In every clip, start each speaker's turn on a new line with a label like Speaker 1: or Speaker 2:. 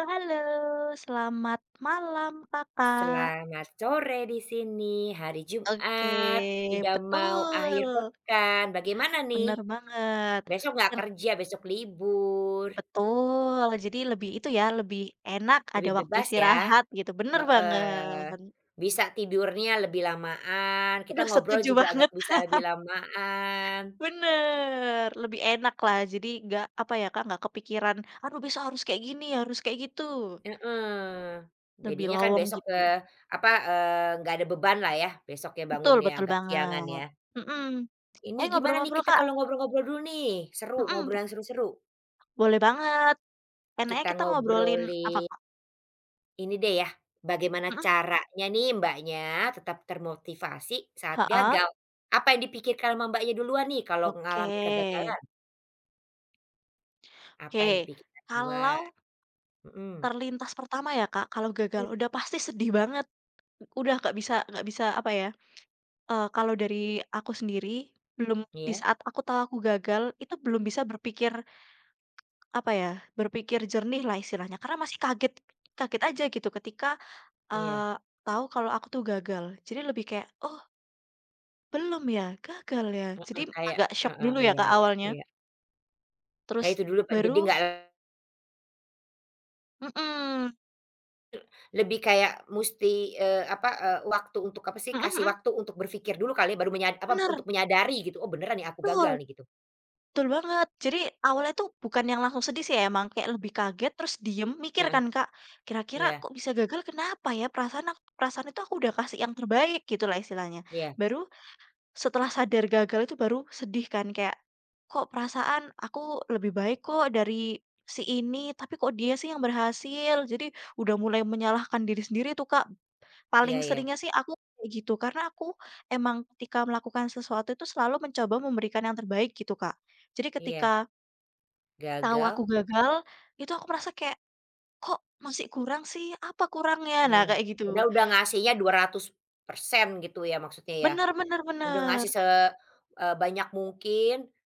Speaker 1: Halo, selamat malam Kakak.
Speaker 2: Selamat sore di sini, hari Jumat,
Speaker 1: Oke,
Speaker 2: udah mau akhir
Speaker 1: betul,
Speaker 2: pekan, bagaimana nih?
Speaker 1: bener banget.
Speaker 2: Besok nggak
Speaker 1: Yang
Speaker 2: kerja, besok libur,
Speaker 1: Betul, jadi lebih itu ya, lebih enak ada
Speaker 2: lebih
Speaker 1: waktu
Speaker 2: bebas ya?
Speaker 1: istirahat gitu, bener
Speaker 2: Heeh,
Speaker 1: banget.
Speaker 2: bisa tidurnya lebih lamaan, kita
Speaker 1: Aduh
Speaker 2: ngobrol
Speaker 1: setuju
Speaker 2: juga agak
Speaker 1: banget,
Speaker 2: bisa lebih lamaan,
Speaker 1: bener, lebih enak lah, jadi nggak, apa ya Kak, nggak kepikiran, aduh besok harus kayak gini, harus kayak gitu,
Speaker 2: heeh.
Speaker 1: lebih
Speaker 2: Jadinya kan
Speaker 1: lowong
Speaker 2: besok,
Speaker 1: gitu.
Speaker 2: apa, nggak ada beban lah ya, besok ya
Speaker 1: Betul,
Speaker 2: bangunnya
Speaker 1: betul
Speaker 2: agak siangan ya.
Speaker 1: banget. Mhm,
Speaker 2: Ini
Speaker 1: eh
Speaker 2: gimana nih
Speaker 1: ngobrol-ngobrol
Speaker 2: kita
Speaker 1: Kak,
Speaker 2: kalau ngobrol-ngobrol dulu nih? Seru,
Speaker 1: mhm,
Speaker 2: ngobrol yang seru-seru.
Speaker 1: boleh banget. Enaknya
Speaker 2: Kita
Speaker 1: kita ngobrolin apa,
Speaker 2: ngobrolin
Speaker 1: Kak?
Speaker 2: ini deh ya, bagaimana
Speaker 1: Mhm,
Speaker 2: caranya nih Mbaknya tetap termotivasi saat
Speaker 1: heeh,
Speaker 2: gagal? Apa yang dipikirkan sama Mbaknya duluan nih kalau
Speaker 1: oke.
Speaker 2: ngalamin kegagalan? Apa yang
Speaker 1: Oke,
Speaker 2: dipikirkan duluan?
Speaker 1: kalau
Speaker 2: Mhm.
Speaker 1: terlintas pertama ya, Kak, kalau gagal
Speaker 2: Mmm.
Speaker 1: udah pasti sedih banget, udah nggak bisa apa ya, kalau dari aku sendiri, belum di
Speaker 2: Iya
Speaker 1: saat aku tahu aku gagal, itu belum bisa berpikir apa ya, berpikir jernih lah istilahnya, karena masih kaget kaget aja gitu ketika,
Speaker 2: iya,
Speaker 1: eee, tahu kalau aku tuh gagal. Jadi lebih kayak, "Oh belum ya? Gagal ya?" Jadi
Speaker 2: heeh, kayak
Speaker 1: agak syok
Speaker 2: heeh,
Speaker 1: dulu ya,
Speaker 2: iya
Speaker 1: Kak,
Speaker 2: iya
Speaker 1: awalnya,
Speaker 2: iya. Ya
Speaker 1: terus
Speaker 2: itu dulu Pak, jadi
Speaker 1: baru
Speaker 2: nggak
Speaker 1: mhm,
Speaker 2: lebih kayak musti, apa, waktu untuk apa sih,
Speaker 1: mhm
Speaker 2: kasih
Speaker 1: mhm,
Speaker 2: waktu untuk berpikir dulu kali ya baru apa,
Speaker 1: bener,
Speaker 2: untuk menyadari gitu, "Oh beneran nih aku gagal
Speaker 1: betul,
Speaker 2: nih," gitu.
Speaker 1: betul banget. Jadi awalnya tuh bukan yang langsung sedih sih ya, emang, kayak lebih kaget terus diem mikir
Speaker 2: Heeh,
Speaker 1: kan Kak, kira-kira
Speaker 2: iya
Speaker 1: kok bisa gagal kenapa ya? Perasaan itu aku udah kasih yang terbaik gitu lah istilahnya.
Speaker 2: iya,
Speaker 1: Baru setelah sadar gagal itu baru sedih kan kayak, kok perasaan aku lebih baik kok dari si ini, tapi kok dia sih yang berhasil? Jadi udah mulai menyalahkan diri sendiri tuh Kak.
Speaker 2: iya
Speaker 1: Paling
Speaker 2: iya,
Speaker 1: seringnya sih aku kayak gitu, karena aku emang ketika melakukan sesuatu itu selalu mencoba memberikan yang terbaik gitu, Kak. Jadi
Speaker 2: iya,
Speaker 1: ketika tahu aku
Speaker 2: gagal.
Speaker 1: gagal, itu aku merasa kayak, "Kok masih kurang sih? Apa kurangnya?" Nah,
Speaker 2: Iya,
Speaker 1: kayak gitu.
Speaker 2: padahal udah ngasihnya 200% gitu ya maksudnya ya.
Speaker 1: Bener bener
Speaker 2: Udah
Speaker 1: bener.
Speaker 2: ngasih banyak mungkin,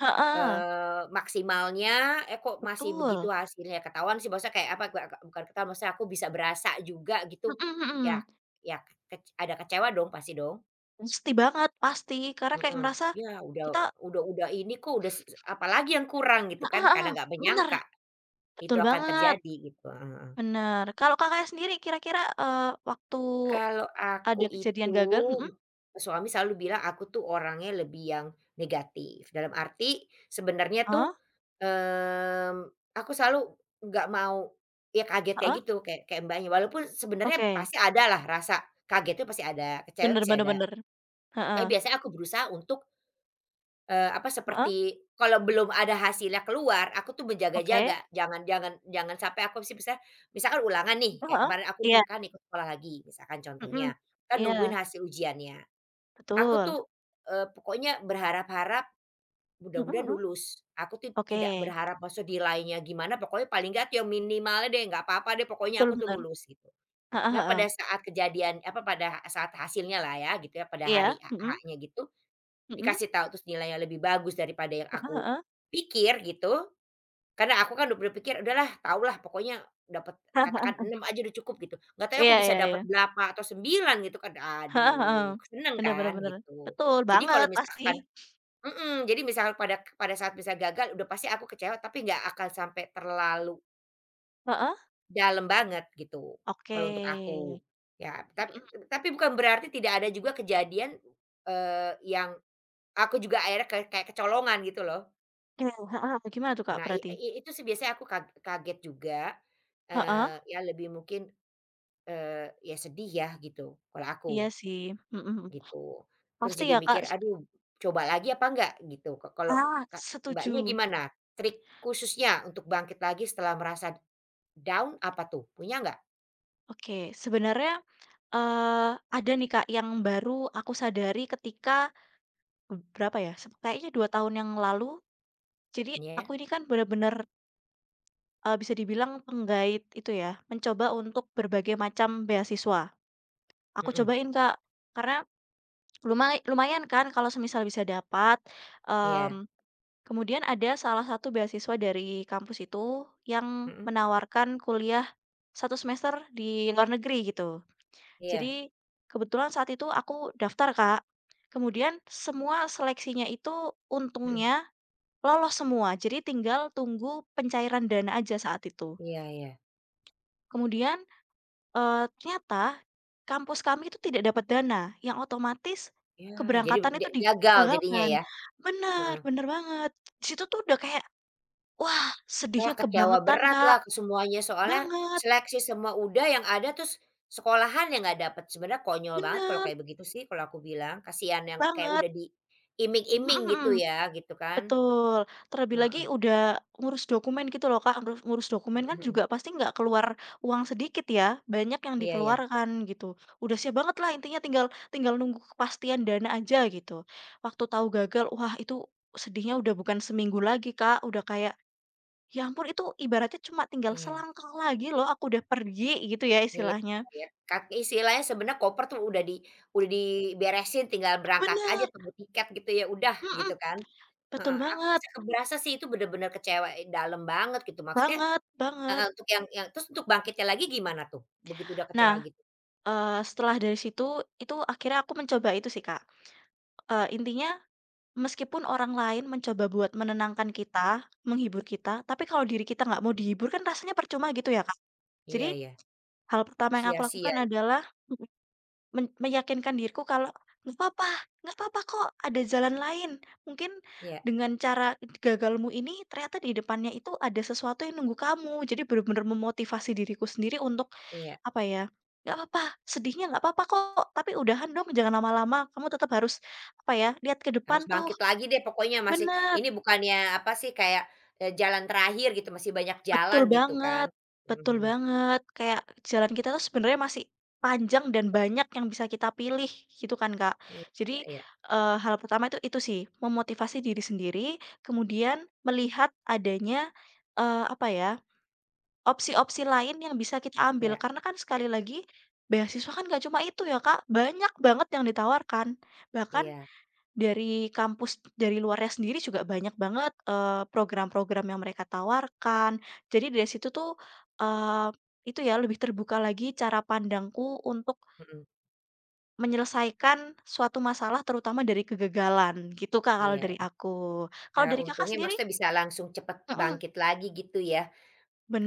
Speaker 1: Heeh,
Speaker 2: maksimalnya, eh, kok masih
Speaker 1: betul.
Speaker 2: begitu hasilnya. Ketahuan sih maksudnya kayak apa, gak bukan ketahuan, maksudnya aku bisa berasa juga gitu,
Speaker 1: Mhm
Speaker 2: ya
Speaker 1: mhm.
Speaker 2: ya ada kecewa dong pasti dong?
Speaker 1: Pasti banget, pasti. Karena kayak
Speaker 2: Mhm,
Speaker 1: merasa
Speaker 2: iya
Speaker 1: kita
Speaker 2: udah ini kok udah apalagi yang kurang gitu
Speaker 1: ah
Speaker 2: kan,
Speaker 1: ah
Speaker 2: karena
Speaker 1: ah,
Speaker 2: nggak
Speaker 1: bener,
Speaker 2: menyangka itu
Speaker 1: betul
Speaker 2: akan
Speaker 1: banget,
Speaker 2: terjadi gitu, heeh heeh.
Speaker 1: bener. Kalau Kakaknya sendiri kira-kira, waktu
Speaker 2: Kalau aku
Speaker 1: ada kejadian
Speaker 2: itu,
Speaker 1: gagal mm-mm,
Speaker 2: suami selalu bilang aku tuh orangnya lebih yang negatif, dalam arti sebenarnya tuh,
Speaker 1: ah
Speaker 2: mmm, aku selalu nggak mau ya kaget
Speaker 1: ah
Speaker 2: kayak
Speaker 1: heeh,
Speaker 2: gitu, kayak kayak Mbaknya, walaupun sebenarnya
Speaker 1: oke.
Speaker 2: pasti ada lah rasa kagetnya pasti ada, kecewa
Speaker 1: Bener
Speaker 2: pasti
Speaker 1: bener
Speaker 2: ada,
Speaker 1: bener.
Speaker 2: tapi
Speaker 1: Heeh.
Speaker 2: biasanya aku berusaha untuk apa,
Speaker 1: Heeh,
Speaker 2: seperti kalau belum ada hasilnya keluar, aku tuh
Speaker 1: oke.
Speaker 2: berjaga-jaga, jangan jangan jangan sampai aku sih misalnya misalkan ulangan nih,
Speaker 1: Heeh
Speaker 2: kayak
Speaker 1: heeh.
Speaker 2: kemarin aku nih
Speaker 1: Iya,
Speaker 2: kan ikut sekolah lagi, misalkan
Speaker 1: mhm.
Speaker 2: contohnya, kan nungguin
Speaker 1: Iya,
Speaker 2: hasil ujiannya. Aku
Speaker 1: betul.
Speaker 2: tuh, pokoknya berharap-harap
Speaker 1: Mhm
Speaker 2: mudah-mudahan
Speaker 1: mhm.
Speaker 2: lulus. Aku tuh
Speaker 1: Oke,
Speaker 2: tidak berharap maksudnya nilainya gimana, pokoknya paling nggak tuh yang minimalnya deh, nggak apa-apa deh, pokoknya
Speaker 1: betul
Speaker 2: aku tuh
Speaker 1: bener.
Speaker 2: lulus gitu.
Speaker 1: Heeh
Speaker 2: Nah,
Speaker 1: heeh.
Speaker 2: pada saat kejadian apa, pada saat hasilnya lah ya gitu ya, pada hari
Speaker 1: Iya,
Speaker 2: H
Speaker 1: mhm,
Speaker 2: H-nya gitu,
Speaker 1: mhm.
Speaker 2: dikasih tahu terus nilainya lebih bagus daripada yang
Speaker 1: Heeh
Speaker 2: aku
Speaker 1: heeh.
Speaker 2: pikir gitu, karena aku kan udah berpikir, "Udahlah tahulah pokoknya dapat katakan 6 aja udah cukup," gitu. Nggak tahu aku
Speaker 1: Iya
Speaker 2: bisa
Speaker 1: iya iya.
Speaker 2: dapat 8 atau 9 gitu kan,
Speaker 1: Heeh heeh.
Speaker 2: aduh seneng
Speaker 1: Bener bener
Speaker 2: kan
Speaker 1: bener.
Speaker 2: gitu.
Speaker 1: Betul
Speaker 2: Jadi kalau
Speaker 1: banget pasti.
Speaker 2: misalkan mhm, jadi misalkan pada pada saat bisa gagal udah pasti aku kecewa tapi nggak akan sampai terlalu
Speaker 1: Heeh,
Speaker 2: dalam banget gitu,
Speaker 1: oke.
Speaker 2: kalau untuk aku. Ya,
Speaker 1: Mhm,
Speaker 2: tapi bukan berarti tidak ada juga kejadian, eee, yang Aku juga akhirnya ke kayak kecolongan gitu loh.
Speaker 1: oke, heeh, gimana tuh, Kak,
Speaker 2: Nah,
Speaker 1: berarti?
Speaker 2: i itu sih biasanya aku kaget juga,
Speaker 1: Heeh,
Speaker 2: ya lebih mungkin, ya sedih ya gitu, kalau aku,
Speaker 1: iya sih. Mhm mhm.
Speaker 2: gitu. Terus
Speaker 1: Pasti
Speaker 2: jadi
Speaker 1: ya, Kak,
Speaker 2: mikir, "Aduh, coba lagi apa enggak?" Gitu. Kalau
Speaker 1: ah,
Speaker 2: Kak, Mbaknya
Speaker 1: setuju.
Speaker 2: gimana? Trik khususnya untuk bangkit lagi setelah merasa down apa tuh? Punya nggak?
Speaker 1: Oke, sebenarnya ada nih Kak yang baru aku sadari ketika berapa ya, kayaknya 2 tahun yang lalu. Jadi aku
Speaker 2: Iya.
Speaker 1: ini kan benar-benar bisa dibilang penggait itu ya, mencoba untuk berbagai macam beasiswa. Aku
Speaker 2: Mhm.
Speaker 1: cobain Kak, karena lumayan kan kalau semisal bisa dapat,
Speaker 2: Iya.
Speaker 1: mmm, kemudian ada salah satu beasiswa dari kampus itu yang
Speaker 2: Mhm.
Speaker 1: menawarkan kuliah satu semester di luar negeri gitu.
Speaker 2: Iya.
Speaker 1: Jadi, kebetulan saat itu aku daftar, Kak. Kemudian semua seleksinya itu
Speaker 2: Mhm.
Speaker 1: untungnya lolos semua, jadi tinggal tunggu pencairan dana aja saat itu.
Speaker 2: Iya iya.
Speaker 1: Kemudian, ternyata kampus kami itu tidak dapat dana, yang otomatis
Speaker 2: Iya, jadi
Speaker 1: keberangkatan itu
Speaker 2: gagal jadinya
Speaker 1: digagalkan.
Speaker 2: ya?
Speaker 1: Bener
Speaker 2: Heeh.
Speaker 1: bener banget. Di situ tuh udah kayak, wah
Speaker 2: Wah,
Speaker 1: sedihnya
Speaker 2: kecewa
Speaker 1: kebangetan, Kak.
Speaker 2: beratlah ke semuanya, soalnya
Speaker 1: Banget,
Speaker 2: seleksi semua udah, yang ada terus sekolahan yang nggak dapet. Sebenarnya konyol banget kalau
Speaker 1: bener
Speaker 2: kayak begitu sih, kalau aku bilang. Kasihan yang kayak
Speaker 1: banget.
Speaker 2: udah diiming-iming gitu ya, gitu kan.
Speaker 1: Betul, terlebih lagi
Speaker 2: Heeh,
Speaker 1: udah ngurus dokumen gitu loh, Kak, ngurus ngurus dokumen
Speaker 2: mhm
Speaker 1: kan
Speaker 2: mhm.
Speaker 1: juga pasti nggak keluar uang sedikit ya, banyak yang
Speaker 2: Iya iya
Speaker 1: dikeluarkan gitu. Udah siap banget lah intinya tinggal tinggal nunggu kepastian dana aja gitu. Waktu tahu gagal, wah itu sedihnya udah bukan seminggu lagi, Kak, udah kayak, ya ampun itu ibaratnya cuma tinggal
Speaker 2: iya
Speaker 1: selangkah lagi loh aku udah pergi gitu ya
Speaker 2: iya
Speaker 1: istilahnya.
Speaker 2: iya. Kak istilahnya sebenarnya koper tuh udah diberesin, tinggal berangkat aja,
Speaker 1: Bener,
Speaker 2: tunggu tiket gitu ya, udah,
Speaker 1: mhm,
Speaker 2: gitu kan.
Speaker 1: betul
Speaker 2: Heeh, aku
Speaker 1: banget,
Speaker 2: bisa keberasa sih itu bener-bener kecewa, dalem banget gitu, maksudnya.
Speaker 1: banget, banget.
Speaker 2: Heeh, untuk yang terus untuk bangkitnya lagi gimana tuh? Begitu udah
Speaker 1: Nah,
Speaker 2: kecewa gitu?
Speaker 1: setelah dari situ, itu akhirnya aku mencoba itu sih, Kak. Intinya meskipun orang lain mencoba buat menenangkan kita, menghibur kita, tapi kalau diri kita nggak mau
Speaker 2: Mmm,
Speaker 1: dihibur kan rasanya percuma gitu ya, Kak. Jadi
Speaker 2: iya iya,
Speaker 1: hal pertama yang aku
Speaker 2: sia-sia,
Speaker 1: lakukan adalah mhm, meyakinkan diriku kalau, "Nggak apa nggak apa kok, ada jalan lain." Mungkin
Speaker 2: iya
Speaker 1: dengan cara gagalmu ini ternyata di depannya itu ada sesuatu yang nunggu kamu. Jadi benar-benar memotivasi diriku sendiri untuk
Speaker 2: iya,
Speaker 1: apa ya, "Nggak apa sedihnya nggak apa kok, tapi udahan dong jangan lama-lama. Kamu tetap harus apa ya, lihat ke
Speaker 2: harus
Speaker 1: depan tuh."
Speaker 2: bangkit lagi deh pokoknya masih
Speaker 1: Bener,
Speaker 2: ini bukannya apa sih kayak, jalan terakhir gitu masih banyak jalan
Speaker 1: betul
Speaker 2: gitu kan?
Speaker 1: banget
Speaker 2: Mhm
Speaker 1: betul
Speaker 2: mhm,
Speaker 1: banget. Kayak jalan kita tuh sebenarnya masih panjang dan banyak yang bisa kita pilih gitu kan, Kak.
Speaker 2: iya
Speaker 1: Jadi,
Speaker 2: iya
Speaker 1: hal pertama itu sih, memotivasi diri sendiri, kemudian melihat adanya, apa ya, opsi-opsi lain yang bisa kita ambil.
Speaker 2: iya
Speaker 1: Karena kan sekali lagi beasiswa kan gak cuma itu ya, Kak, banyak banget yang ditawarkan. Bahkan
Speaker 2: iya,
Speaker 1: dari kampus, dari luarnya sendiri juga banyak banget, program-program yang mereka tawarkan. Jadi dari situ tuh, eee, itu ya lebih terbuka lagi cara pandangku untuk
Speaker 2: mhm,
Speaker 1: menyelesaikan suatu masalah terutama dari kegagalan, gitu Kak kalau
Speaker 2: iya,
Speaker 1: dari aku. Kalau dari Kakak
Speaker 2: untungnya
Speaker 1: sendiri
Speaker 2: maksudnya bisa langsung cepet
Speaker 1: mhm,
Speaker 2: bangkit lagi gitu ya.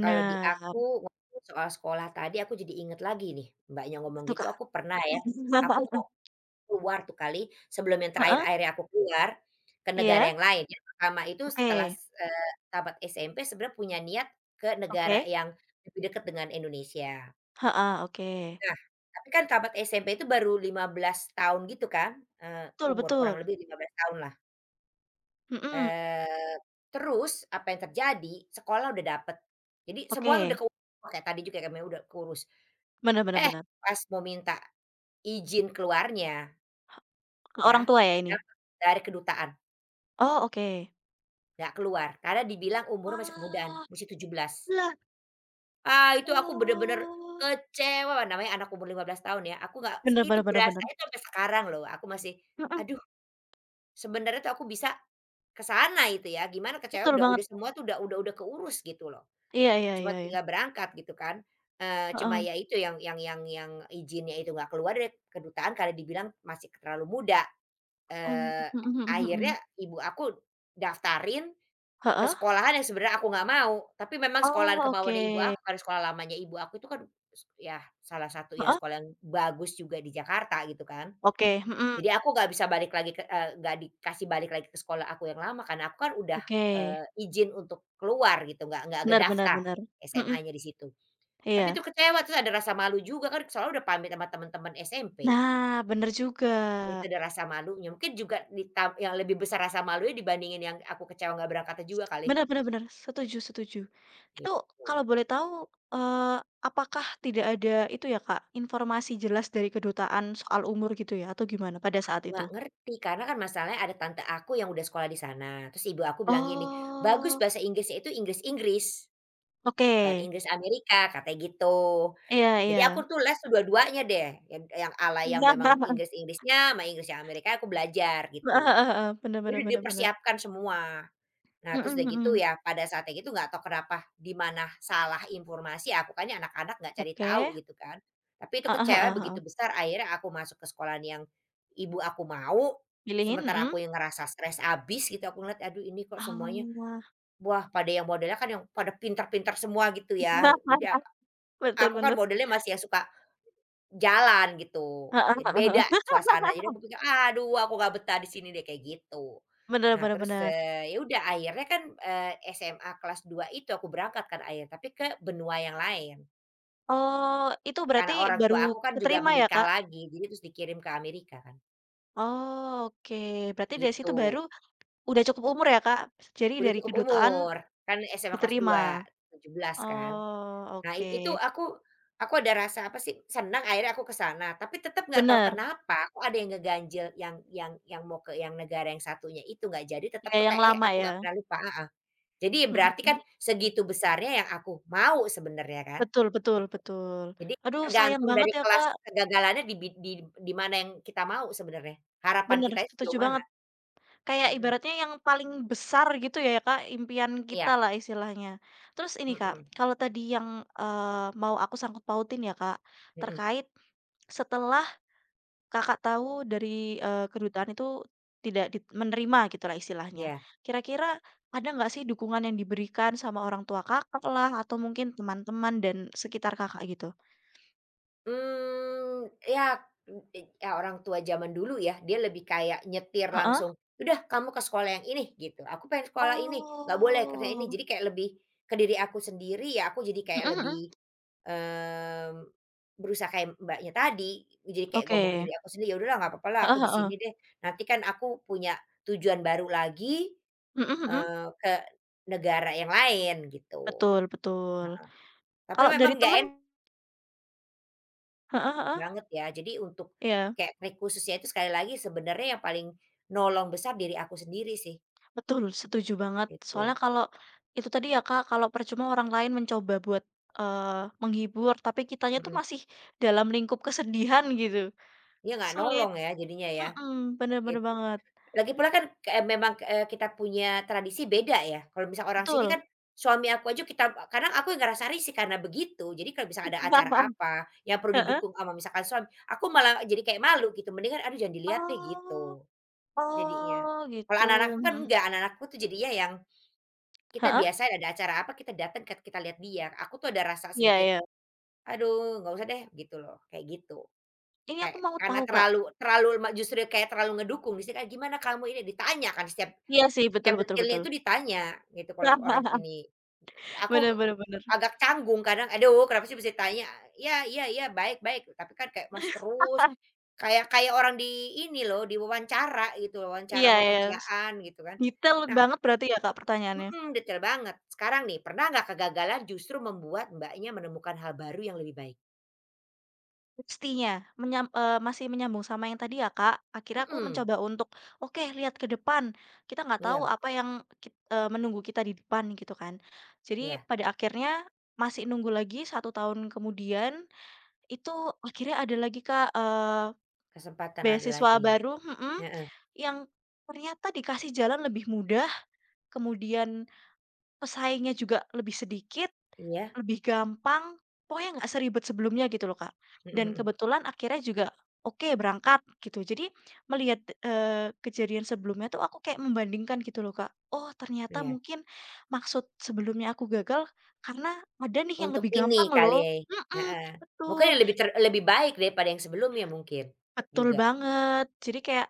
Speaker 2: Kalau di aku ngomongin soal sekolah tadi aku jadi inget lagi nih, Mbaknya ngomong
Speaker 1: apa
Speaker 2: gitu
Speaker 1: Kak?
Speaker 2: aku pernah ya, aku ngo keluar tuh kali, sebelum yang terakhir
Speaker 1: Heeh,
Speaker 2: akhirnya aku keluar, ke negara
Speaker 1: iya,
Speaker 2: yang lain. Yang pertama itu setelah
Speaker 1: oke
Speaker 2: tamat SMP sebenarnya punya niat ke negara
Speaker 1: oke,
Speaker 2: yang lebih dekat dengan Indonesia.
Speaker 1: heeh, oke.
Speaker 2: Nah, tapi kan tamat SMP itu baru 15 tahun gitu kan,
Speaker 1: Betul
Speaker 2: umur kurang
Speaker 1: betul,
Speaker 2: lebih 15 tahunlah.
Speaker 1: mhm,
Speaker 2: Eee, terus apa yang terjadi, sekolah udah dapet. Jadi semua udah
Speaker 1: oke,
Speaker 2: keurus, kayak tadi juga kami udah keurus.
Speaker 1: bener bener
Speaker 2: Eh,
Speaker 1: bener,
Speaker 2: pas mau minta izin keluarnya
Speaker 1: ke
Speaker 2: ya,
Speaker 1: orang tua ya ini?
Speaker 2: dapet dari kedutaan.
Speaker 1: Oh oke.
Speaker 2: Nggak keluar, karena dibilang umurnya masih kemudaan,
Speaker 1: Wah,
Speaker 2: masih 17.
Speaker 1: lah,
Speaker 2: Ah, itu aku bener-bener
Speaker 1: oh.
Speaker 2: kecewa, namanya anak umur 15 tahun ya, aku nggak
Speaker 1: Bener
Speaker 2: itu
Speaker 1: bener bener bener.
Speaker 2: berasanya tuh sampai sekarang loh, aku masih,
Speaker 1: Mhm,
Speaker 2: aduh sebenarnya tuh aku bisa ke sana itu ya, gimana kecewa
Speaker 1: betul banget.
Speaker 2: udah semua tuh udah keurus gitu loh,
Speaker 1: Iya iya
Speaker 2: cuma
Speaker 1: iya iya.
Speaker 2: tinggal berangkat gitu kan. Cuma
Speaker 1: Heeh,
Speaker 2: ya itu yang izinnya itu nggak keluar dari kedutaan karena dibilang masih terlalu muda.
Speaker 1: mmm,
Speaker 2: Eee,
Speaker 1: mhm mhm mhm.
Speaker 2: akhirnya ibu aku daftarin ke
Speaker 1: Heeh?
Speaker 2: sekolahan yang sebenarnya aku nggak mau, tapi memang
Speaker 1: Oh,
Speaker 2: sekolahan
Speaker 1: oke.
Speaker 2: kemauannya ibu aku karena sekolah lamanya ibu aku itu kan ya salah satu yang
Speaker 1: Heeh?
Speaker 2: sekolah yang bagus juga di Jakarta gitu kan.
Speaker 1: Oke, mhm,
Speaker 2: Jadi aku nggak bisa balik lagi nggak dikasih balik lagi ke sekolah aku yang lama karena aku kan udah,
Speaker 1: oke.
Speaker 2: izin untuk keluar gitu, nggak
Speaker 1: Bener bener
Speaker 2: ngedaftar
Speaker 1: bener. Mhm,
Speaker 2: SMA-nya di situ. Tapi itu
Speaker 1: iya.
Speaker 2: kecewa, terus ada rasa malu juga kan soalnya udah pamit sama teman-teman SMP,
Speaker 1: Nah, bener juga.
Speaker 2: itu ada rasa malunya. Mungkin juga yang lebih besar rasa malunya dibandingin yang aku kecewa nggak berangkatnya juga kali,
Speaker 1: Bener bener bener, setuju setuju. Itu
Speaker 2: gitu.
Speaker 1: kalau boleh tahu, eee, apakah tidak ada itu ya, Kak, informasi jelas dari kedutaan soal umur gitu ya, atau gimana pada saat
Speaker 2: Nggak
Speaker 1: itu?
Speaker 2: ngerti, karena kan masalahnya ada tante aku yang udah sekolah di sana, terus ibu aku bilang gini, "Bagus
Speaker 1: Oh,
Speaker 2: bahasa Inggrisnya itu Inggris Inggris,
Speaker 1: oke.
Speaker 2: bukan Inggris Amerika," katanya gitu.
Speaker 1: Iya
Speaker 2: Jadi
Speaker 1: iya.
Speaker 2: aku tuh les tuh dua-duanya deh, yang ala yang memang Inggris Inggrisnya, sama Inggris yang Amerika aku belajar
Speaker 1: Heeh
Speaker 2: gitu.
Speaker 1: heeh heeh, bener
Speaker 2: Jadi
Speaker 1: bener bener bener.
Speaker 2: dipersiapkan semua. Nah, terus
Speaker 1: Mhm
Speaker 2: udah gitu
Speaker 1: mhm.
Speaker 2: ya, pada saatnya itu nggak tahu kenapa, di mana salah informasi, aku kan ya anak-anak nggak cari tahu
Speaker 1: Oke.
Speaker 2: gitu kan. Tapi itu
Speaker 1: Heeh
Speaker 2: kecewa
Speaker 1: heeh heeh.
Speaker 2: begitu besar, akhirnya aku masuk ke sekolah yang ibu aku mau,
Speaker 1: Pilihin,
Speaker 2: sementara
Speaker 1: mhm.
Speaker 2: aku yang ngerasa stres abis gitu, aku ngeliat, "Aduh ini kok semuanya,
Speaker 1: Ah.
Speaker 2: wah pada yang modelnya kan yang pada pintar-pintar semua," gitu ya. Jadi
Speaker 1: Betul
Speaker 2: aku kan
Speaker 1: bener.
Speaker 2: modelnya masih yang suka jalan gitu,
Speaker 1: Heeh
Speaker 2: jadi
Speaker 1: heeh heeh.
Speaker 2: beda suasana. Jadi aku pikir, "Aduh aku nggak betah di sini deh," kayak gitu.
Speaker 1: Bener
Speaker 2: Nah
Speaker 1: bener
Speaker 2: terus,
Speaker 1: bener.
Speaker 2: ya udah akhirnya kan, SMA kelas 2 itu aku berangkat kan akhirnya, tapi ke benua yang lain.
Speaker 1: Oh, itu berarti
Speaker 2: Karena orang tua
Speaker 1: baru
Speaker 2: aku kan juga
Speaker 1: keterima ya,
Speaker 2: menikah
Speaker 1: Kak?
Speaker 2: lagi, jadi terus dikirim ke Amerika kan,
Speaker 1: Oh, oke, berarti dari situ
Speaker 2: gitu.
Speaker 1: baru udah cukup umur ya, Kak? Jadi
Speaker 2: Udah
Speaker 1: dari
Speaker 2: cukup
Speaker 1: kedutaan
Speaker 2: umur, kan SMA kelas
Speaker 1: diterima?
Speaker 2: dua 17 kan.
Speaker 1: Oh,
Speaker 2: Nah, itu
Speaker 1: oke.
Speaker 2: aku ada rasa apa sih, senang akhirnya aku ke sana, tapi tetap nggak tahu
Speaker 1: Bener,
Speaker 2: kenapa aku ada yang ngeganjel yang mau ke yang negara yang satunya itu nggak jadi, tetap
Speaker 1: ya
Speaker 2: tuh
Speaker 1: yang
Speaker 2: kayak, eh,
Speaker 1: lama
Speaker 2: aku
Speaker 1: ya?
Speaker 2: nggak pernah lupa ah ah. Jadi
Speaker 1: Mhm
Speaker 2: berarti kan
Speaker 1: mhm.
Speaker 2: segitu besarnya yang aku mau sebenarnya kan,
Speaker 1: Betul betul
Speaker 2: gitu.
Speaker 1: betul.
Speaker 2: Jadi
Speaker 1: Aduh sayang
Speaker 2: tergantung
Speaker 1: banget
Speaker 2: dari
Speaker 1: ya,
Speaker 2: kelas
Speaker 1: Kak.
Speaker 2: kegagalannya di bid di mana yang kita mau sebenarnya, harapan
Speaker 1: Bener,
Speaker 2: kitanya sejauh
Speaker 1: setuju
Speaker 2: mana.
Speaker 1: banget. Kayak
Speaker 2: Mhm,
Speaker 1: ibaratnya yang paling besar gitu ya Kak, impian
Speaker 2: iya,
Speaker 1: kita lah istilahnya. Terus ini Kak,
Speaker 2: mhm,
Speaker 1: kalau tadi yang, eee, mau aku sangkut pautin ya Kak,
Speaker 2: mhm,
Speaker 1: terkait setelah Kakak tahu dari, kedutaan itu tidak dit menerima gitulah istilahnya.
Speaker 2: iya.
Speaker 1: Kira-kira ada nggak sih dukungan yang diberikan sama orang tua kakak lah atau mungkin teman-teman dan sekitar Kakak gitu?
Speaker 2: Ya ya orang tua zaman dulu ya, dia lebih kayak nyetir
Speaker 1: Heeh?
Speaker 2: langsung, "Udah kamu ke sekolah yang ini," gitu, "Aku pengen sekolah ini, nggak boleh ke yang ini."
Speaker 1: Oh.
Speaker 2: Jadi kayak lebih ke diri aku sendiri ya, aku jadi kayak
Speaker 1: Mhm mhm.
Speaker 2: lebih, mmm, berusaha kayak Mbaknya tadi, jadi kayak ngomong ke
Speaker 1: Oke.
Speaker 2: diri aku sendiri, "Ya udahlah nggak apa-apa lah aku
Speaker 1: Heeh
Speaker 2: di
Speaker 1: heeh.
Speaker 2: sini deh, nanti kan aku punya tujuan baru lagi,
Speaker 1: Mhm mhm.
Speaker 2: ke negara yang lain," gitu.
Speaker 1: Betul betul.
Speaker 2: Tapi
Speaker 1: Kalau dari
Speaker 2: memang nggak
Speaker 1: temen heeh heeh,
Speaker 2: banget ya. Jadi untuk
Speaker 1: iya,
Speaker 2: kayak trik khususnya itu sekali lagi sebenarnya yang paling nolong besar diri aku sendiri sih,
Speaker 1: betul, setuju banget.
Speaker 2: gitu.
Speaker 1: Soalnya kalau itu tadi ya, Kak, kalau percuma orang lain mencoba buat, menghibur, tapi kitanya tuh
Speaker 2: Mhm.
Speaker 1: masih dalam lingkup kesedihan gitu,
Speaker 2: Dia nggak
Speaker 1: sulit.
Speaker 2: nolong ya jadinya ya,
Speaker 1: Mhm, bener bener
Speaker 2: gitu.
Speaker 1: banget,
Speaker 2: Lagi pula kan kayak memang, kita punya tradisi beda ya. Kalau misal orang sini
Speaker 1: betul.
Speaker 2: kan suami aku aja kita kadang aku yang ngerasa risih karena begitu. Jadi kalau misal ada acara apa yang perlu
Speaker 1: Heeh.
Speaker 2: didukung sama misalkan suami, aku malah jadi kayak malu gitu. Mendingan, "Aduh jangan dilihat deh,"
Speaker 1: Oh
Speaker 2: gitu jadinya.
Speaker 1: oh,
Speaker 2: Kalau
Speaker 1: gitu,
Speaker 2: anak-anakku kan
Speaker 1: mhm.
Speaker 2: enggak, anak-anakku tuh jadinya. Kita
Speaker 1: Heeh?
Speaker 2: biasa ada acara apa, kita datang kita lihat dia. Aku tuh ada rasa
Speaker 1: Iya
Speaker 2: sedikit,
Speaker 1: iya.
Speaker 2: "Aduh, nggak usah deh," gitu loh, kayak gitu.
Speaker 1: Ini aku
Speaker 2: Kayak
Speaker 1: mau
Speaker 2: karena
Speaker 1: tahu, Kak.
Speaker 2: terlalu terlalu ma justru kayak terlalu ngedukung, di sini kayak, "Gimana kamu ini?" Ditanya kan setiap
Speaker 1: Iya sih, betul
Speaker 2: setiap
Speaker 1: betul
Speaker 2: detailnya
Speaker 1: betul.
Speaker 2: itu ditanya gitu kalau orang sini. Aku
Speaker 1: Bener bener bener.
Speaker 2: agak canggung kadang, "Aduh, kenapa sih mesti tanya?" "Iya iya iya, baik baik," tapi kan kayak masih terus, kayak kayak orang di ini loh, diwawancara gitu, wawancara
Speaker 1: Iya
Speaker 2: mau
Speaker 1: iya,
Speaker 2: kerjaan gitu kan.
Speaker 1: detail
Speaker 2: Nah,
Speaker 1: banget berarti ya, Kak, pertanyaannya?
Speaker 2: mhm, detail banget. Sekarang nih, pernah nggak kegagalan justru membuat Mbaknya menemukan hal baru yang lebih baik?
Speaker 1: Pastinya, masih menyambung sama yang tadi ya, Kak, akhirnya aku
Speaker 2: Mhm,
Speaker 1: mencoba untuk, oke lihat ke depan, kita nggak tahu
Speaker 2: iya
Speaker 1: apa yang menunggu kita di depan gitu kan. Jadi
Speaker 2: iya,
Speaker 1: pada akhirnya masih nunggu lagi satu tahun kemudian, itu akhirnya ada lagi, Kak,
Speaker 2: kesempatan ada
Speaker 1: beasiswa
Speaker 2: lagi.
Speaker 1: baru mhm,
Speaker 2: Heeh,
Speaker 1: yang ternyata dikasih jalan lebih mudah, kemudian pesaingnya juga lebih sedikit,
Speaker 2: iya?
Speaker 1: lebih gampang, pokoknya nggak seribet sebelumnya gitu loh, Kak.
Speaker 2: Mhm
Speaker 1: Dan
Speaker 2: mhm,
Speaker 1: kebetulan akhirnya juga oke berangkat gitu. Jadi melihat, kejadian sebelumnya tuh aku kayak membandingkan gitu loh, Kak. Oh ternyata
Speaker 2: iya.
Speaker 1: mungkin maksud sebelumnya aku gagal karena ada nih yang
Speaker 2: Untuk
Speaker 1: lebih gampang
Speaker 2: ini kali,
Speaker 1: loh.
Speaker 2: ya.
Speaker 1: Mhm,
Speaker 2: Heeh. Mungkin
Speaker 1: betul.
Speaker 2: yang lebih lebih baik daripada yang sebelumnya mungkin,
Speaker 1: Betul
Speaker 2: juga.
Speaker 1: banget. Jadi kayak,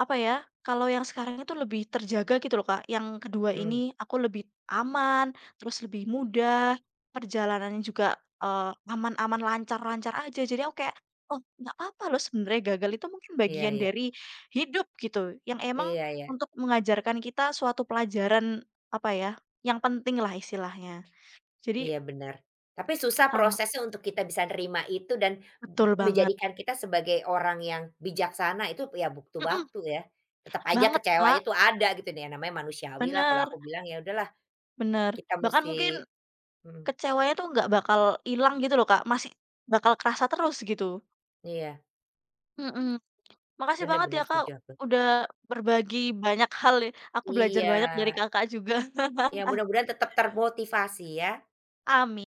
Speaker 1: apa ya, kalau yang sekarang itu lebih terjaga gitu loh Kak, yang kedua
Speaker 2: Mhm,
Speaker 1: ini aku lebih aman, terus lebih mudah, perjalanannya juga, aman-aman, lancar-lancar aja. Jadi aku kayak, "Oh, nggak apa-apa loh sebenarnya gagal itu mungkin
Speaker 2: iya
Speaker 1: bagian
Speaker 2: iya,
Speaker 1: dari hidup," gitu, yang emang
Speaker 2: iya iya.
Speaker 1: untuk mengajarkan kita suatu pelajaran, apa ya, yang penting lah istilahnya. Jadi
Speaker 2: Iya benar. Tapi susah
Speaker 1: sangat
Speaker 2: prosesnya untuk kita bisa nerima itu dan
Speaker 1: betul banget.
Speaker 2: menjadikan kita sebagai orang yang bijaksana itu ya butuh
Speaker 1: Mhm,
Speaker 2: waktu ya. Tetap aja
Speaker 1: banget
Speaker 2: kecewanya
Speaker 1: Kak,
Speaker 2: tuh ada gitu nih, namanya manusiawi lah. Kalau
Speaker 1: bener
Speaker 2: aku bilang ya udahlah
Speaker 1: bener.
Speaker 2: kita
Speaker 1: Bahkan mungkin
Speaker 2: mesti. Mhm.
Speaker 1: kecewanya tuh nggak bakal hilang gitu loh, Kak, masih bakal kerasa terus gitu.
Speaker 2: Iya,
Speaker 1: Mhm. Makasih banget
Speaker 2: benar-benar
Speaker 1: ya, Kak,
Speaker 2: setuju aku.
Speaker 1: udah berbagi banyak hal ya, aku belajar
Speaker 2: Iya,
Speaker 1: banyak dari Kakak juga.
Speaker 2: ya mudah-mudahan tetap termotivasi ya.
Speaker 1: Amin.